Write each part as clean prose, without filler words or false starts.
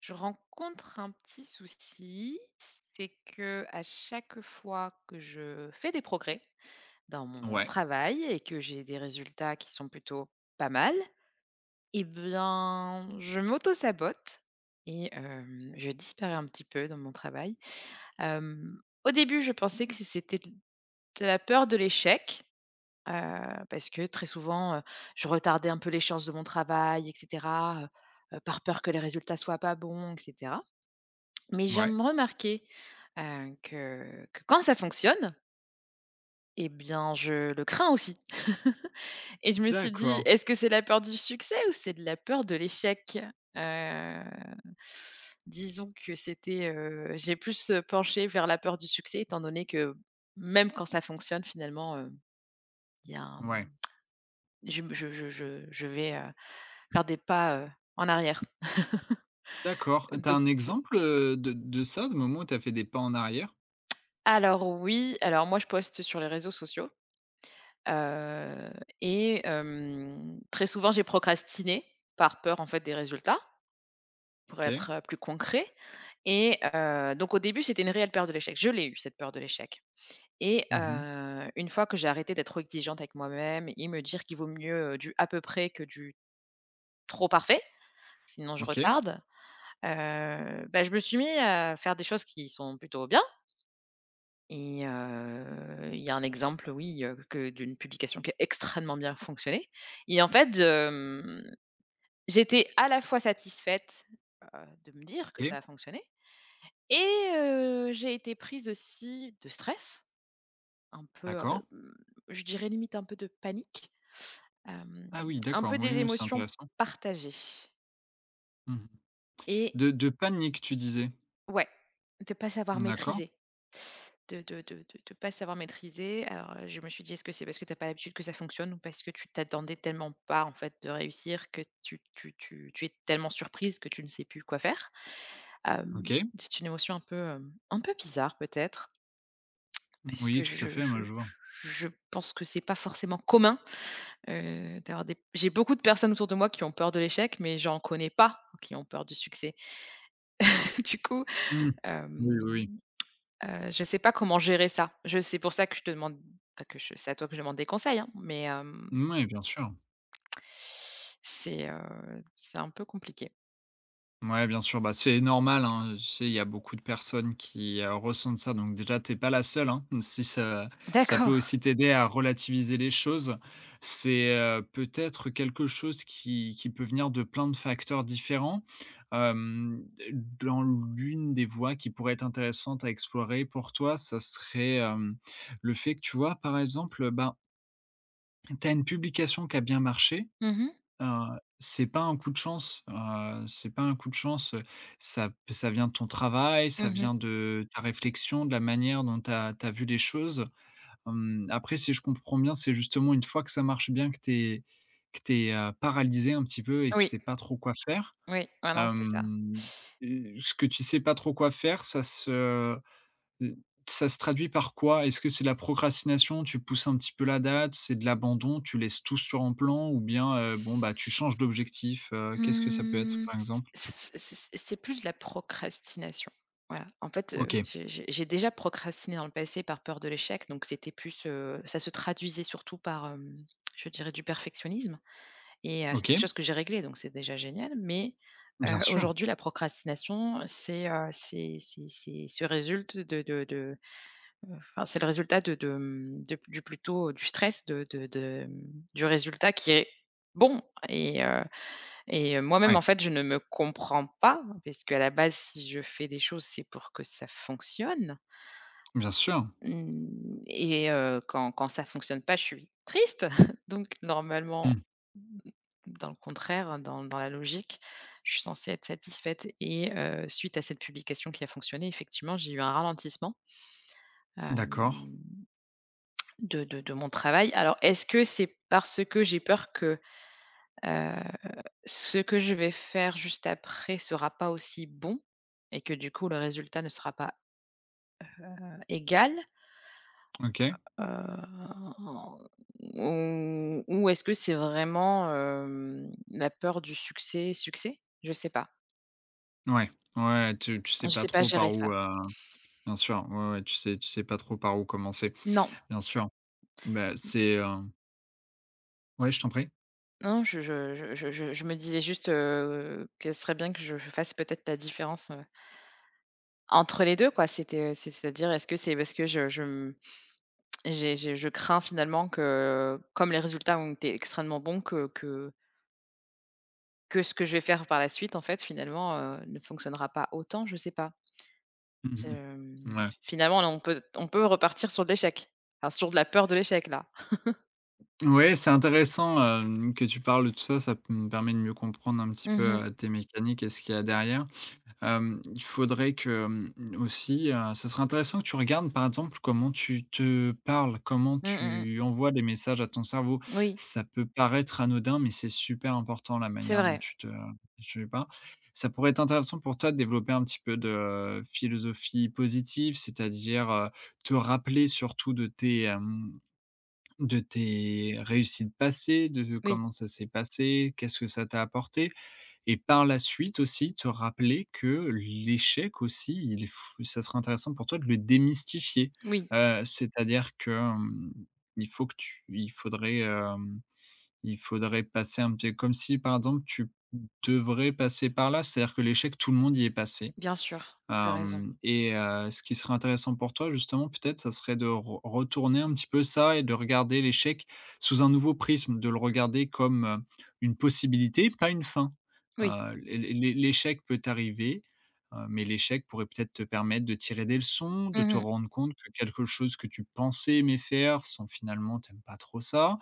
Je rencontre un petit souci, c'est que à chaque fois que je fais des progrès dans mon Ouais, travail et que j'ai des résultats qui sont plutôt pas mal, eh bien, je m'auto-sabote et je disparais un petit peu dans mon travail. Au début, je pensais que c'était de la peur de l'échec, parce que très souvent, je retardais un peu les l'échéance de mon travail etc., par peur que les résultats soient pas bons etc. Mais j'ai ouais, remarqué, que quand ça fonctionne, et bien, je le crains aussi. Et je me suis dit: d'accord, «Est-ce que c'est la peur du succès ou c'est de la peur de l'échec?» heu, Disons que c'était, j'ai plus, penché vers la peur du succès étant donné que même quand ça fonctionne finalement, il y a un ouais, je vais, faire des pas, en arrière. d'accord. T'as Donc un exemple, de ça, de moment où t'as fait des pas en arrière? alors oui, alors moi je poste sur les réseaux sociaux. Heu et très souvent, j'ai procrastiné par peur, en fait, des résultats, pour OK. être, plus concret. Et donc au début, c'était une réelle peur de l'échec. Je l'ai eue, cette peur de l'échec et Mhm. heu, une fois que j'ai arrêté d'être trop exigeante avec moi-même et me dire qu'il vaut mieux, du à peu près que du trop parfait, sinon je OK, retarde, bah, je me suis mis à faire des choses qui sont plutôt bien. Et il y a un exemple, oui, que d'une publication qui a extrêmement bien fonctionné et en fait, j'étais à la fois satisfaite, heu, de me dire que OK, ça a fonctionné et j'ai été prise aussi de stress, un peu, d'accord. hem, je dirais limite un peu de panique, hem, Ah oui, un d'accord, peu oui, des oui, c'est émotions intéressant. partagées Mmh. et. De panique, tu disais? Ouais, de pas savoir D'accord, maîtriser. De pas savoir maîtriser. Alors, je me suis dit: «Est-ce que c'est parce que tu as pas l'habitude que ça fonctionne ou parce que tu t'attendais tellement pas, en fait, de réussir que tu es tellement surprise que tu ne sais plus quoi faire?» hem, OK. c'est une émotion un peu, un peu bizarre peut-être parce que Oui, je tout à je fait, je moi, je vois. je pense que c'est pas forcément commun, d'avoir des j'ai beaucoup de personnes autour de moi qui ont peur de l'échec, mais j'en connais pas qui ont peur du succès. Du coup, Mmh. Oui, oui, hem oui. Je sais pas comment gérer ça. Je C'est pour ça que je te demande, enfin que je c'est à toi que je demande des conseils, hein, mais Mouais, bien sûr. C'est un peu compliqué. Ouais, bien sûr, bah, c'est normal, hein, tu sais, il y a beaucoup de personnes qui, ressentent ça, donc déjà, t'es pas la seule, hein, si ça peut D'accord. aussi t'aider à relativiser les choses. C'est, peut-être quelque chose qui peut venir de plein de facteurs différents. Hem, Dans l'une des voies qui pourrait être intéressante à explorer pour toi, ça serait, le fait que, tu vois, par exemple, ben, tu as une publication qui a bien marché. Mmh mh. C'est pas un coup de chance, ça vient de ton travail, ça Mmh. vient de ta réflexion, de la manière dont tu as vu les choses. Après, si je comprends bien, c'est justement une fois que ça marche bien que tu es que t'es paralysé un petit peu et que tu Oui, sais pas trop quoi faire. oui. Ouais, non, c'est ça. Hem, et ce que tu sais pas trop quoi faire, Heu, ça se traduit par quoi? Est-ce que c'est de la procrastination, tu pousses un petit peu la date, c'est de l'abandon, tu laisses tout sur un plan ou bien, bon, bah, tu changes d'objectif, qu'est-ce que ça peut être, Mmh, par exemple? c'est plus de la procrastination. Voilà. En fait, OK, j'ai déjà procrastiné dans le passé par peur de l'échec, donc c'était plus, ça se traduisait surtout par, je dirais du perfectionnisme. Et c'est OK, quelque chose que j'ai réglé, donc c'est déjà génial, mais bien sûr. aujourd'hui, la procrastination, c'est, c'est se résulte de enfin, c'est le résultat de, du plutôt du stress de, du résultat qui est bon et heu moi-même, Ouais, en fait, je ne me comprends pas, parce qu'à la base, si je fais des choses, c'est pour que ça fonctionne. bien sûr. Mmh. Et quand ça fonctionne pas, je suis triste. Donc normalement, Mmh. dans le contraire, dans la logique, je suis censée être satisfaite et suite à cette publication qui a fonctionné, effectivement, j'ai eu un ralentissement, D'accord. hem, de mon travail. Alors est-ce que c'est parce que j'ai peur que, heu, ce que je vais faire juste après sera pas aussi bon et que du coup le résultat ne sera pas, égal? OK. Heu, ou est-ce que c'est vraiment, la peur du succès succès? Je sais pas. Ouais, ouais, tu sais Je pas sais pas trop gérer par ça. où, bien sûr, ouais, ouais, tu sais pas trop par où commencer, Non, bien sûr. Bah, c'est, ouais, je t'en prie. non, je me disais juste, que ce serait bien que je fasse peut-être la différence, entre les 2, quoi. C'était c'est c'est-à-dire est-ce que c'est parce que je m j'ai je crains finalement que comme les résultats ont été extrêmement bons que ce que je vais faire par la suite en fait finalement, ne fonctionnera pas autant, je sais pas. Mmh mmh, Hem, mmh. Ouais. finalement là, on peut repartir sur de l'échec. Enfin, sur de la peur de l'échec là. Ouais, c'est intéressant, que tu parles de tout ça, ça p me permet de mieux comprendre un petit peu, Mmh mh. Tes mécaniques et ce qu'il y a derrière. Hem, il faudrait que, mmh, aussi, ça serait intéressant que tu regardes, par exemple, comment tu te parles, comment Mmh, mmh mmh. tu envoies des messages à ton cerveau. Oui, Ça peut paraître anodin, mais c'est super important la c'est manière dont vrai. Tu parles. Ça pourrait être intéressant pour toi de développer un petit peu de, philosophie positive, c'est-à-dire, te rappeler surtout de tes, hem de tes réussites passées, de Oui, comment ça s'est passé, qu'est-ce que ça t'a apporté? Et par la suite aussi, te rappeler que l'échec aussi, il est fou ça serait intéressant pour toi de le démystifier. oui, C'est-à-dire que, hem, il faut que tu il faudrait, il faudrait passer un petit comme si, par exemple, tu devrais passer par là, c'est-à-dire que l'échec, tout le monde y est passé. bien sûr, tu as raison. Hem Et ce qui serait intéressant pour toi justement peut-être, ça serait de re retourner un petit peu ça et de regarder l'échec sous un nouveau prisme, de le regarder comme, une possibilité, pas une fin. Oui. L'échec peut arriver, mais l'échec pourrait peut-être te permettre de tirer des leçons, de te Mmh mh. rendre compte que quelque chose que tu pensais aimer faire sans finalement tu pas trop ça.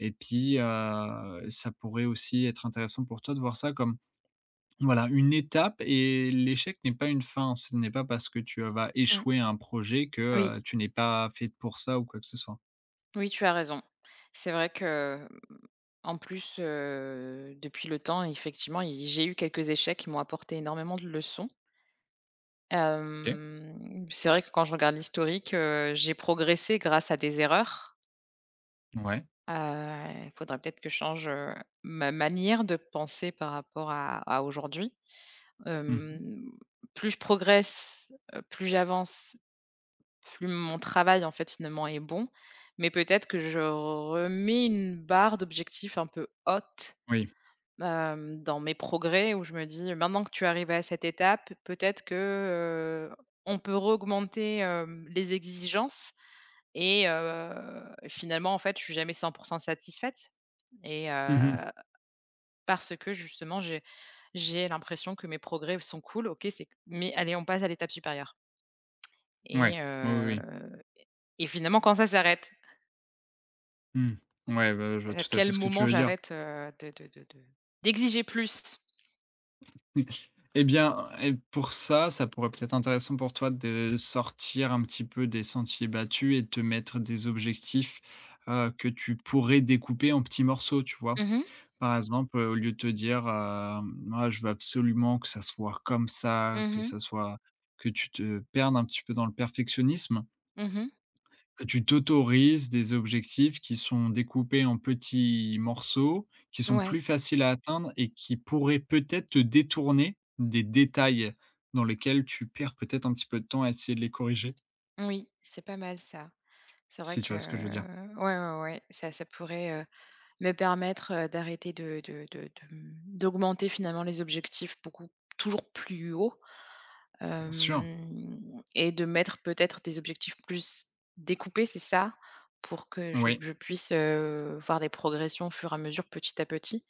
Et puis, ça pourrait aussi être intéressant pour toi de voir ça comme voilà, une étape, et l'échec n'est pas une fin. Ce n'est pas parce que tu, vas Mmh. échouer à un projet Oui, que, tu n'es pas fait pour ça ou quoi que ce soit. oui, tu as raison. C'est vrai que, en plus, depuis le temps, effectivement, il j'ai eu quelques échecs qui m'ont apporté énormément de leçons. OK, C'est vrai que quand je regarde l'historique, j'ai progressé grâce à des erreurs. ouais. Il faudrait peut-être que je change, ma manière de penser par rapport à aujourd'hui. Mmh. Hem, Plus je progresse, plus j'avance, plus mon travail, en fait, finalement, est bon. Mais peut-être que je remets une barre d'objectifs un peu haute, Oui. Dans mes progrès où je me dis: «Maintenant que tu arrives à cette étape, peut-être que, on peut augmenter les exigences» et finalement, en fait, je suis jamais 100% satisfaite. Et Mmh. heu, parce que justement, j'ai l'impression que mes progrès sont cool, OK, c'est mais allez, on passe à l'étape supérieure et Ouais. Oui, oui, oui. heu et finalement quand ça s'arrête? Mmh. Ouais, bah, je vois À tout à quel fait ce que tu moment veux dire. j'arrête, de d'exiger plus? Eh bien et pour ça, ça pourrait peut-être intéressant pour toi de sortir un petit peu des sentiers battus et de te mettre des objectifs, que tu pourrais découper en petits morceaux, tu vois? Mmh mh. Par exemple, au lieu de te dire, hem: «Ah, je veux absolument que ça soit comme ça, que Mmh. ça soit», que tu te perdes un petit peu dans le perfectionnisme, Mmh. que tu t'autorises des objectifs qui sont découpés en petits morceaux, qui sont Ouais, plus faciles à atteindre et qui pourraient peut-être te détourner des détails dans lesquels tu perds peut-être un petit peu de temps à essayer de les corriger, oui, c'est pas mal ça. C'est vrai si tu que vois ce que je veux dire? Ouais, ouais, ouais, ça pourrait, me permettre, d'arrêter d'augmenter finalement les objectifs beaucoup toujours plus haut. Bien Hem sûr, et de mettre peut-être des objectifs plus découpés, c'est ça? Pour que je oui, je puisse, voir des progressions au fur et à mesure, petit à petit,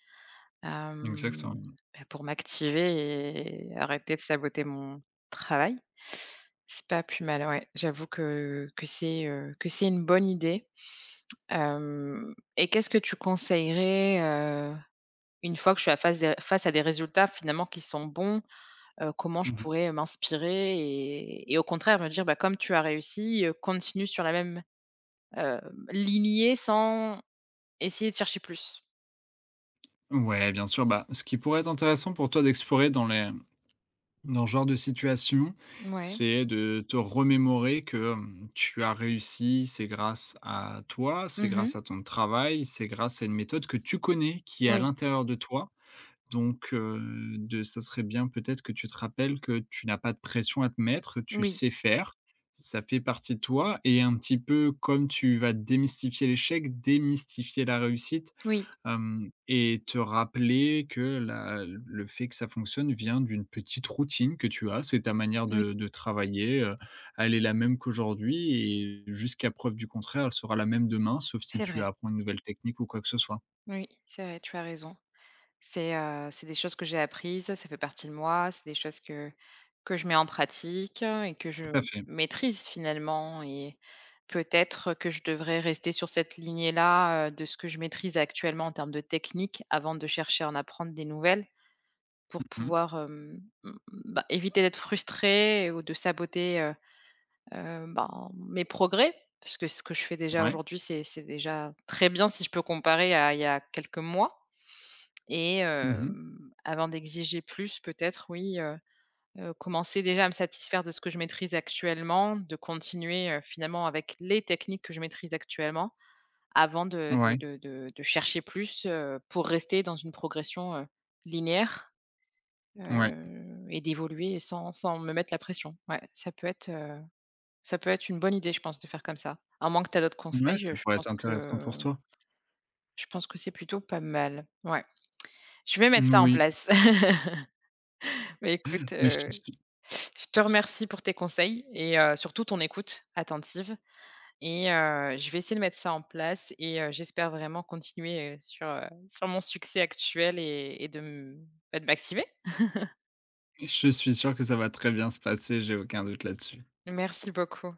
hem, exactement. bah, pour m'activer et arrêter de saboter mon travail. C'est pas plus mal, ouais. J'avoue que c'est, que c'est une bonne idée. Hem et qu'est-ce que tu conseillerais, heu, une fois que je suis à face des face à des résultats finalement qui sont bons, comment je Mmh. pourrais m'inspirer et au contraire me dire: «Bah, comme tu as réussi, continue sur la même, heu, lignée sans essayer de chercher plus». Ouais, bien sûr, bah, ce qui pourrait être intéressant pour toi d'explorer dans les dans ce genre de situation, Ouais. c'est de te remémorer que, tu as réussi, c'est grâce à toi, c'est Mmh. grâce à ton travail, c'est grâce à une méthode que tu connais, qui est à Oui, l'intérieur de toi. Donc, de ça serait bien peut-être que tu te rappelles que tu n'as pas de pression à te mettre, tu oui, sais faire, ça fait partie de toi et un petit peu comme tu vas démystifier l'échec, démystifier la réussite. oui, Hem Et te rappeler que la le fait que ça fonctionne vient d'une petite routine que tu as. C'est ta manière oui, de travailler, elle est la même qu'aujourd'hui et jusqu'à preuve du contraire, elle sera la même demain, sauf si c'est tu vrai. apprends une nouvelle technique ou quoi que ce soit. Oui, c'est vrai, tu as raison. C'est des choses que j'ai apprises, ça fait partie de moi, c'est des choses que je mets en pratique, et que je Tout à fait. maîtrise finalement et peut-être que je devrais rester sur cette lignée-là, de ce que je maîtrise actuellement en termes de technique avant de chercher à en apprendre des nouvelles pour Mmh. pouvoir, bah, éviter d'être frustré ou de saboter, ben, mes progrès. Parce que ce que je fais déjà Ouais. aujourd'hui, c'est déjà très bien si je peux comparer à il y a quelques mois. Et Mmh. hem, avant d'exiger plus peut-être oui, commencer déjà à me satisfaire de ce que je maîtrise actuellement, de continuer, finalement avec les techniques que je maîtrise actuellement avant de de Ouais, de de de chercher plus, pour rester dans une progression, linéaire, ouais. Et d'évoluer sans me mettre la pression. Ouais, ça peut être une bonne idée, je pense, de faire comme ça. À moins que tu as d'autres Ouais, conseils, ça pourrait être intéressant pour toi. je pense que c'est plutôt pas mal. Ouais, je vais mettre ça en Oui. place. Bah, écoute, Mais je te remercie pour tes conseils et surtout ton écoute attentive et je vais essayer de mettre ça en place et j'espère vraiment continuer, sur, sur mon succès actuel et de m bah, de m'activer. je suis sûr que ça va très bien se passer, j'ai aucun doute là-dessus. Merci beaucoup.